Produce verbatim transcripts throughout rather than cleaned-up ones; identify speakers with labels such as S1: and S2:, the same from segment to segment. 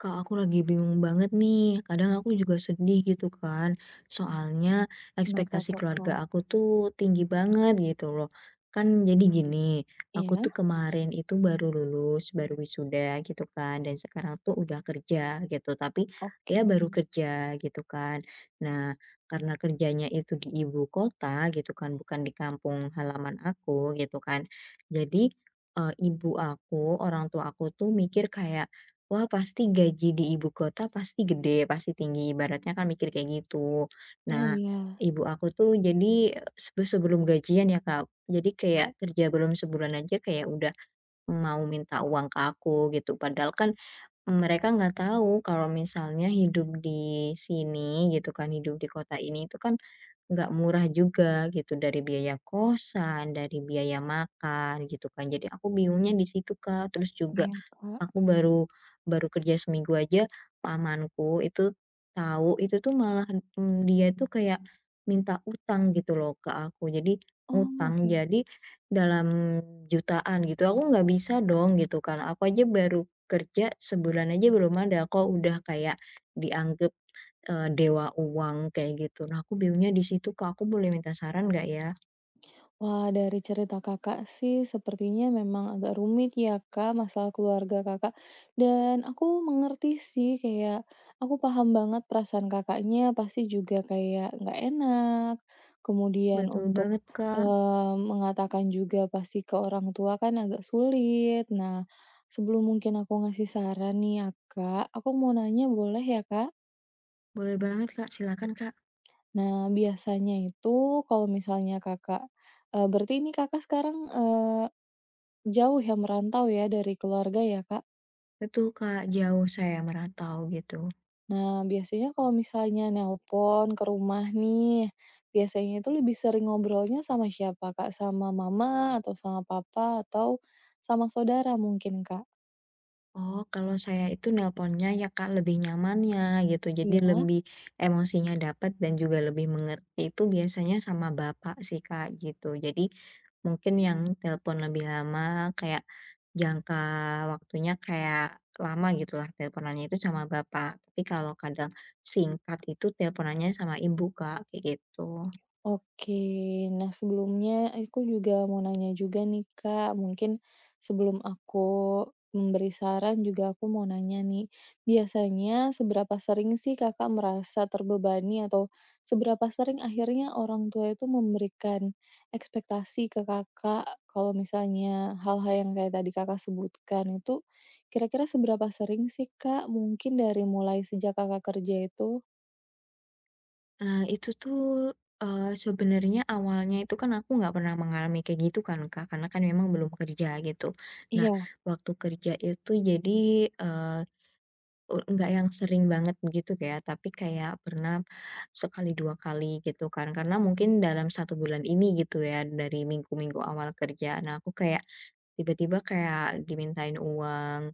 S1: Kak, aku lagi bingung banget nih. Kadang aku juga sedih gitu kan. Soalnya
S2: Kenapa
S1: ekspektasi
S2: toh,
S1: keluarga
S2: Kak?
S1: aku tuh tinggi banget gitu loh. Kan jadi gini, aku
S2: Iya?
S1: tuh kemarin itu baru lulus, baru wisuda gitu kan. Dan sekarang tuh udah kerja gitu. Tapi ya
S2: Oke.
S1: baru kerja gitu kan. Nah, karena kerjanya itu di ibu kota gitu kan, bukan di kampung halaman aku gitu kan. Jadi eh, ibu aku, orang tua aku tuh mikir kayak, "Wah, pasti gaji di ibu kota pasti gede, pasti tinggi," ibaratnya kan mikir kayak gitu.
S2: Oh,
S1: Nah,
S2: iya
S1: ibu aku tuh jadi, eh, sebe sebelum gajian ya, Kak, jadi kayak kerja belum sebulan aja kayak udah mau minta uang ke aku gitu, padahal kan mereka nggak tahu kalau misalnya hidup di sini gitu kan, hidup di kota ini itu kan nggak murah juga gitu, dari biaya kosan, dari biaya makan gitu kan, jadi aku bingungnya di situ, Kak. Terus juga
S2: iya, Kak.
S1: aku baru, baru kerja seminggu aja, pamanku itu tahu, itu tuh malah, mmm, dia tuh kayak minta utang gitu loh ke aku. Jadi
S2: Oh,
S1: utang
S2: oke.
S1: jadi dalam jutaan gitu. Aku nggak bisa dong gitu kan, aku aja baru kerja sebulan aja belum ada, kok udah kayak dianggap, eee, dewa uang kayak gitu. Nah, aku bingungnya di situ, Kak. Aku boleh minta saran nggak ya?
S2: Wah, dari cerita Kakak sih sepertinya memang agak rumit ya, Kak, masalah keluarga Kakak, dan aku mengerti sih, kayak aku paham banget perasaan Kakaknya pasti juga kayak nggak enak, kemudian
S1: Betul
S2: untuk,
S1: banget, Kak.
S2: eee, mengatakan juga pasti ke orang tua kan agak sulit. Nah, sebelum mungkin aku ngasih saran nih ya, Kak, aku mau nanya boleh ya, Kak?
S1: Boleh banget, Kak. Silakan, Kak.
S2: Nah, biasanya itu kalau misalnya Kakak, eee, berarti ini Kakak sekarang, eee, jauh ya merantau ya dari keluarga ya, Kak?
S1: Betul, Kak. Jauh saya merantau gitu.
S2: Nah, biasanya kalau misalnya nelpon ke rumah nih, biasanya itu lebih sering ngobrolnya sama siapa, Kak? Sama mama atau sama papa atau sama saudara mungkin, Kak?
S1: Oh, kalau saya itu nelponnya ya Kak, lebih nyamannya gitu.
S2: Iya.
S1: Jadi lebih
S2: Iya.
S1: emosinya dapat dan juga lebih mengerti itu biasanya sama bapak sih Kak gitu. Jadi mungkin yang telepon lebih lama kayak jangka waktunya kayak lama gitu lah teleponannya itu sama bapak. Tapi kalau kadang singkat itu teleponannya sama ibu Kak kayak gitu.
S2: Oke. Nah, sebelumnya aku juga mau nanya juga nih, Kak. Mungkin sebelum aku memberi saran juga aku mau nanya nih. Biasanya seberapa sering sih Kakak merasa terbebani atau seberapa sering akhirnya orang tua itu memberikan ekspektasi ke Kakak kalau misalnya hal-hal yang kayak tadi Kakak sebutkan itu kira-kira seberapa sering sih, Kak? Mungkin dari mulai sejak Kakak kerja itu?
S1: Nah, itu tuh, eee, sebenarnya awalnya itu kan aku nggak pernah mengalami kayak gitu kan, Kak, karena kan memang belum kerja gitu. Nah,
S2: Iya.
S1: waktu kerja itu jadi, eee, u nggak yang sering banget gitu kayak tapi kayak pernah sekali, dua kali gitu kan, karena mungkin dalam satu bulan ini gitu ya, dari minggu-minggu awal kerja. Nah, aku kayak tiba-tiba kayak dimintain uang,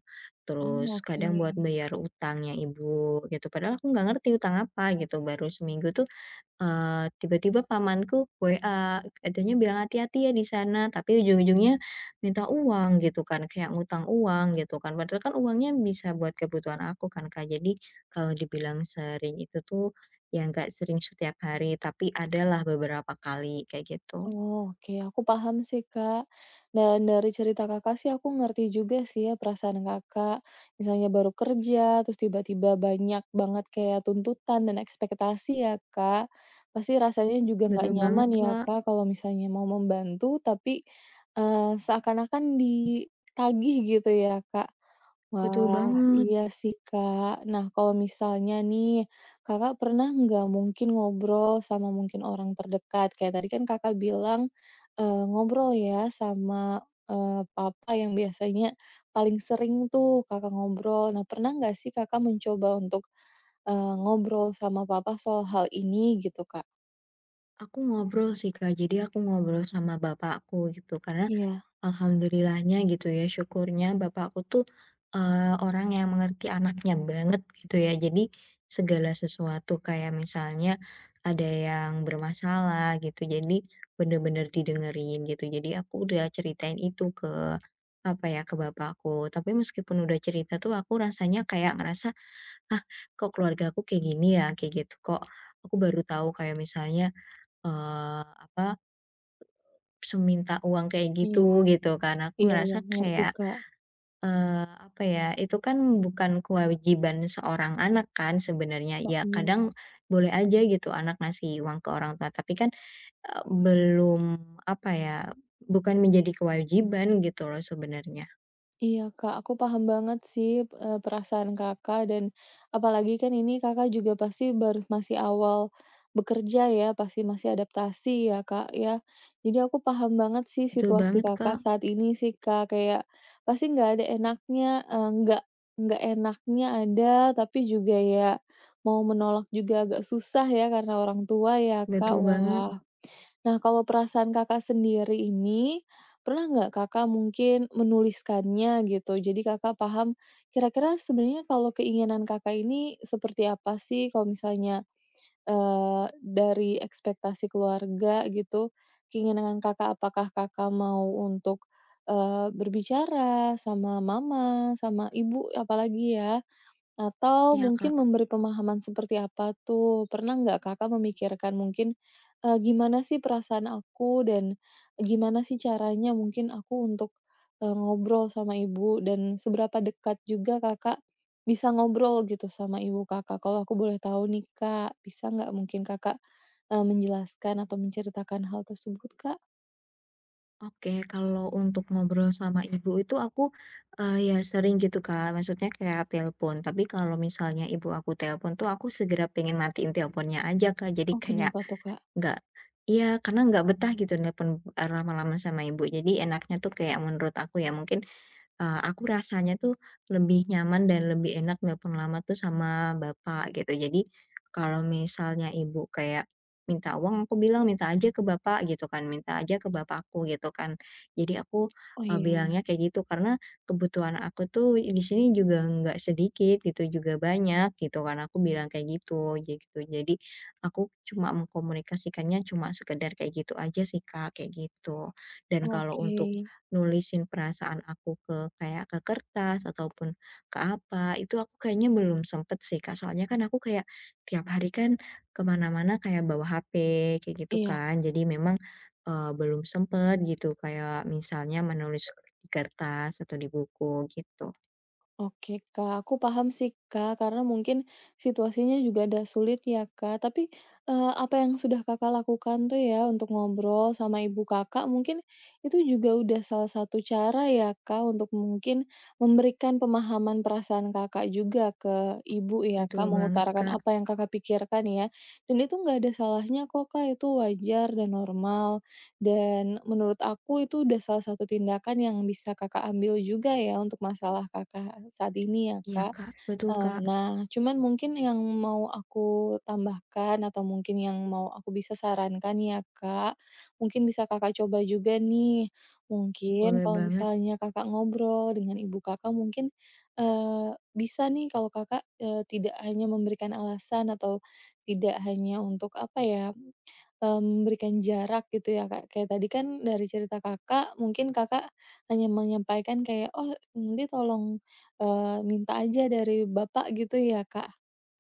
S2: Mmm,
S1: terus
S2: oke.
S1: kadang buat bayar utangnya ibu gitu, padahal aku nggak ngerti utang apa gitu, baru seminggu tuh. Eee, tiba-tiba pamanku W A, katanya bilang, "Hati-hati ya di sana," tapi ujung-ujungnya minta uang gitu kan, kayak ngutang uang gitu kan, padahal kan uangnya bisa buat kebutuhan aku kan, Kak. Jadi kalau dibilang sering itu tuh, ya nggak sering setiap hari, tapi adalah beberapa kali kayak gitu.
S2: Oh, oke, aku paham sih, Kak. Dan dari cerita Kakak sih aku ngerti juga sih ya perasaan Kakak. Misalnya baru kerja, terus tiba-tiba banyak banget kayak tuntutan dan ekspektasi ya, Kak. Pasti rasanya juga nggak
S1: Betul
S2: Betul.
S1: banget,
S2: Nyaman ya,
S1: Kak,
S2: Kak, kalau misalnya mau membantu tapi, eee, seakan-akan ditagih gitu ya, Kak.
S1: betul
S2: Wah,
S1: banget.
S2: iya sih, Kak. Nah, kalau misalnya nih, Kakak pernah nggak mungkin ngobrol sama mungkin orang terdekat? Kayak tadi kan Kakak bilang, eee, ngobrol ya sama, eee, papa yang biasanya paling sering tuh Kakak ngobrol. Nah, pernah nggak sih Kakak mencoba untuk, eee, ngobrol sama papa soal hal ini gitu, Kak?
S1: Aku ngobrol sih, Kak, jadi aku ngobrol sama bapakku gitu, karena
S2: Iya
S1: Alhamdulillahnya gitu ya, syukurnya bapak aku tuh, eee, orang yang mengerti anaknya banget gitu ya. Jadi segala sesuatu kayak misalnya ada yang bermasalah gitu, jadi bener-bener didengerin gitu. Jadi aku udah ceritain itu ke, apa ya, ke bapak aku. Tapi meskipun udah cerita tuh aku rasanya kayak ngerasa, "Ah, kok keluarga aku kayak gini ya?" Kayak gitu. "Kok aku baru tahu kayak misalnya, eee, apa, seminta uang kayak
S2: iya.
S1: gitu," gitu kan. Aku
S2: Iya iya,
S1: ngerasa
S2: ngerti,
S1: kayak,
S2: Kak.
S1: Eee, apa ya, itu kan bukan kewajiban seorang anak kan sebenarnya,
S2: Kak,
S1: ya
S2: iya.
S1: kadang boleh aja gitu anak ngasih uang ke orang tua, tapi kan, eee, belum apa ya, bukan menjadi kewajiban gitu loh sebenarnya.
S2: Iya Kak, aku paham banget sih, eee, perasaan Kakak dan apalagi kan ini Kakak juga pasti baru masih awal bekerja ya, pasti masih adaptasi ya Kak ya. Jadi aku paham banget sih
S1: Betul
S2: situasi
S1: banget,
S2: Kakak
S1: Kak,
S2: saat ini sih Kak, kayak pasti nggak ada enaknya, eee, nggak nggak enaknya ada, tapi juga ya mau menolak juga agak susah ya karena orang tua ya Kak.
S1: betul banget.
S2: Wah. Nah, kalau perasaan Kakak sendiri ini, pernah nggak Kakak mungkin menuliskannya gitu? Jadi Kakak paham kira-kira sebenarnya kalau keinginan Kakak ini seperti apa sih kalau misalnya, eee, dari ekspektasi keluarga gitu, keinginan Kakak apakah Kakak mau untuk, eee, berbicara sama mama, sama ibu apalagi ya, atau
S1: Ya Kak.
S2: mungkin memberi pemahaman seperti apa tuh? Pernah nggak Kakak memikirkan mungkin, eee, gimana sih perasaan aku dan gimana sih caranya mungkin aku untuk, eee, ngobrol sama ibu dan seberapa dekat juga Kakak bisa ngobrol gitu sama ibu Kakak? Kalau aku boleh tahu nih, Kak, bisa nggak mungkin Kakak, eee, menjelaskan atau menceritakan hal tersebut, Kak?
S1: Oke, kalau untuk ngobrol sama ibu itu aku, eee, ya sering gitu, Kak, maksudnya kayak telepon, tapi kalau misalnya ibu aku telepon tuh aku segera pengen matiin teleponnya aja, Kak, jadi
S2: Oh,
S1: kayak
S2: kenapa tuh, Kak?
S1: nggak. Iya, karena nggak betah gitu nelpon, eee, lama-lama sama ibu. Jadi enaknya tuh kayak menurut aku ya mungkin, eee, aku rasanya tuh lebih nyaman dan lebih enak nelpon lama tuh sama bapak gitu. Jadi kalau misalnya ibu kayak minta uang, aku bilang, "Minta aja ke bapak," gitu kan, "minta aja ke bapakku," gitu kan. Jadi aku,
S2: Oh,
S1: eee,
S2: iya.
S1: bilangnya kayak gitu karena kebutuhan aku tuh di sini juga nggak sedikit gitu, juga banyak gitu kan, aku bilang kayak gitu, ja gitu. Jadi aku cuma mengkomunikasikannya cuma sekedar kayak gitu aja sih, Kak, kayak gitu. Dan kalau
S2: Oke.
S1: untuk nulisin perasaan aku ke kayak ke kertas ataupun ke apa, itu aku kayaknya belum sempet sih, Kak. Soalnya kan aku kayak tiap hari kan kemana mana kayak bawa H P kayak gitu
S2: Iya.
S1: kan. Jadi memang, eee, belum sempet gitu kayak misalnya menulis di kertas atau di buku gitu.
S2: Oke Kak, aku paham sih Kak, karena mungkin situasinya juga ada sulit ya Kak. Tapi, eee, apa yang sudah Kakak lakukan tuh ya untuk ngobrol sama ibu Kakak, mungkin itu juga udah salah satu cara ya Kak untuk mungkin memberikan pemahaman perasaan Kakak juga ke ibu ya
S1: Betul
S2: Kak, Mhm.
S1: banget,
S2: mengutarakan
S1: Kak.
S2: apa yang Kakak pikirkan ya. Dan itu nggak ada salahnya kok Kak, itu wajar dan normal. Dan menurut aku itu udah salah satu tindakan yang bisa Kakak ambil juga ya untuk masalah Kakak saat ini ya,
S1: Iya,
S2: Kak.
S1: Kak, betul,
S2: Eee,
S1: Kak.
S2: nah, cuman mungkin yang mau aku tambahkan atau mungkin yang mau aku bisa sarankan ya, Kak, mungkin bisa Kakak coba juga nih. Mungkin
S1: Boleh
S2: kalau
S1: banget.
S2: misalnya Kakak ngobrol dengan ibu Kakak mungkin, eee, bisa nih kalau Kakak, eee, tidak hanya memberikan alasan atau tidak hanya untuk apa ya eee, memberikan jarak gitu ya, Kak. Kayak tadi kan dari cerita Kakak, mungkin Kakak hanya menyampaikan kayak, "Oh nanti tolong, eee, minta aja dari bapak," gitu ya, Kak?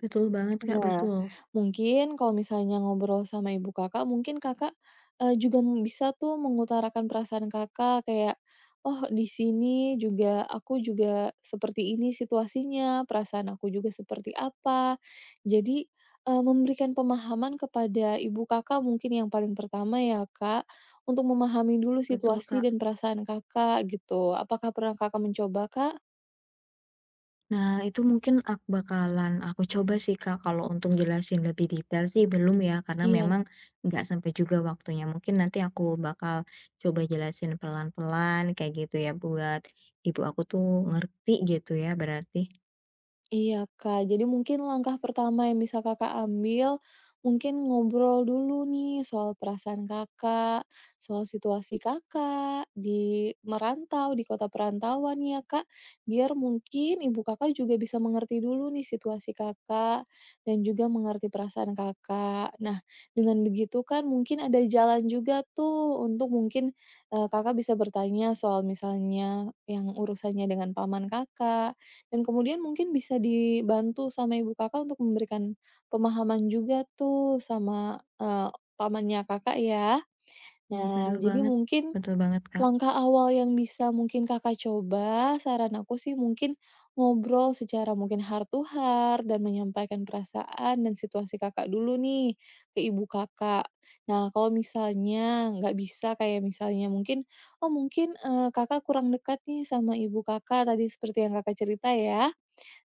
S1: Betul banget, Kak,
S2: Nah,
S1: betul.
S2: mungkin kalau misalnya ngobrol sama ibu Kakak, mungkin Kakak, eee, juga m- bisa tuh mengutarakan perasaan Kakak kayak, "Oh di sini juga aku juga seperti ini situasinya, perasaan aku juga seperti apa." Jadi, eee, memberikan pemahaman kepada ibu Kakak mungkin yang paling pertama ya Kak, untuk memahami dulu
S1: Betul,
S2: situasi
S1: Kak.
S2: dan perasaan Kakak gitu. Apakah pernah Kakak mencoba, Kak?
S1: Nah, itu mungkin aku bakalan aku coba sih, Kak, kalau untuk jelasin lebih detail sih belum ya, karena
S2: Iya.
S1: memang nggak sampai juga waktunya. Mungkin nanti aku bakal coba jelasin pelan-pelan kayak gitu ya, buat ibu aku tuh ngerti gitu ya berarti.
S2: Iya, Kak. Jadi mungkin langkah pertama yang bisa Kakak ambil, mungkin ngobrol dulu nih soal perasaan Kakak, soal situasi Kakak di merantau, di kota perantauan ya, Kak. Biar mungkin ibu Kakak juga bisa mengerti dulu nih situasi Kakak dan juga mengerti perasaan Kakak. Nah, dengan begitu kan mungkin ada jalan juga tuh untuk mungkin, eee, Kakak bisa bertanya soal misalnya yang urusannya dengan paman Kakak dan kemudian mungkin bisa dibantu sama ibu Kakak untuk memberikan pemahaman juga tuh sama, eee, pamannya Kakak ya. Nah,
S1: Betul
S2: jadi
S1: banget,
S2: mungkin
S1: betul banget, Kak.
S2: langkah awal yang bisa mungkin Kakak coba, saran aku sih mungkin ngobrol secara mungkin heart to heart dan menyampaikan perasaan dan situasi Kakak dulu nih ke ibu Kakak. Nah, kalau misalnya nggak bisa kayak misalnya mungkin, oh mungkin, eee, Kakak kurang dekat nih sama ibu Kakak tadi seperti yang Kakak cerita ya.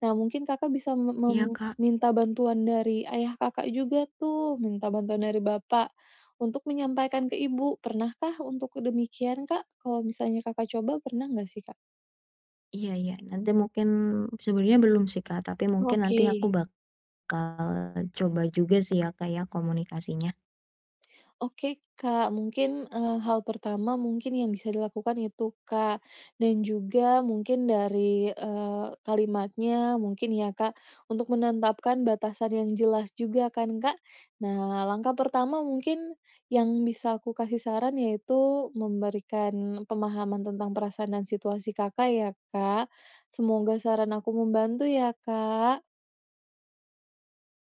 S2: Nah, mungkin Kakak bisa me mem
S1: Iya, Kak.
S2: minta bantuan dari ayah Kakak juga tuh, minta bantuan dari bapak untuk menyampaikan ke ibu. Pernahkah untuk demikian, Kak? Kalau misalnya Kakak coba, pernah nggak sih, Kak?
S1: Iya iya, nanti mungkin sebenarnya belum sih, Kak, tapi mungkin nanti
S2: Oke.
S1: aku bakal coba juga sih ya, Kak, ya komunikasinya.
S2: Oke Kak, mungkin, eee, hal pertama mungkin yang bisa dilakukan itu Kak, dan juga mungkin dari, eee, kalimatnya mungkin ya Kak, untuk menetapkan batasan yang jelas juga kan Kak. Nah langkah pertama mungkin yang bisa aku kasih saran yaitu memberikan pemahaman tentang perasaan dan situasi Kakak ya Kak. Semoga saran aku membantu ya Kak.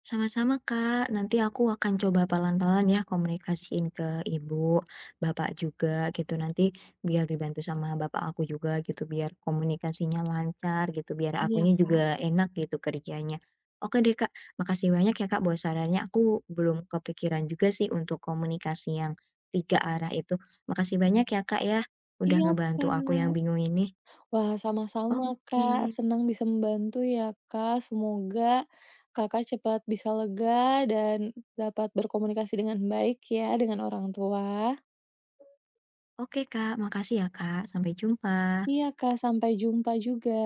S1: Sama-sama, Kak. Nanti aku akan coba pelan-pelan ya komunikasiin ke ibu, bapak juga gitu. Nanti biar dibantu sama bapak aku juga gitu, biar komunikasinya lancar gitu, biar
S2: Iya
S1: akunya
S2: Kak.
S1: juga enak gitu kerjanya. Oke deh, Kak. Makasih banyak ya, Kak, buat sarannya. Aku belum kepikiran juga sih untuk komunikasi yang tiga arah itu. Makasih banyak ya, Kak, ya. Udah
S2: Iya
S1: ngebantu aku yang
S2: Kak.
S1: bingung ini.
S2: Wah, sama-sama Kak,
S1: Oke.
S2: senang bisa membantu ya Kak. Semoga Kakak cepat bisa lega dan dapat berkomunikasi dengan baik ya dengan orang tua.
S1: Oke, Kak. Makasih ya, Kak. Sampai jumpa.
S2: Iya Kak, sampai jumpa juga.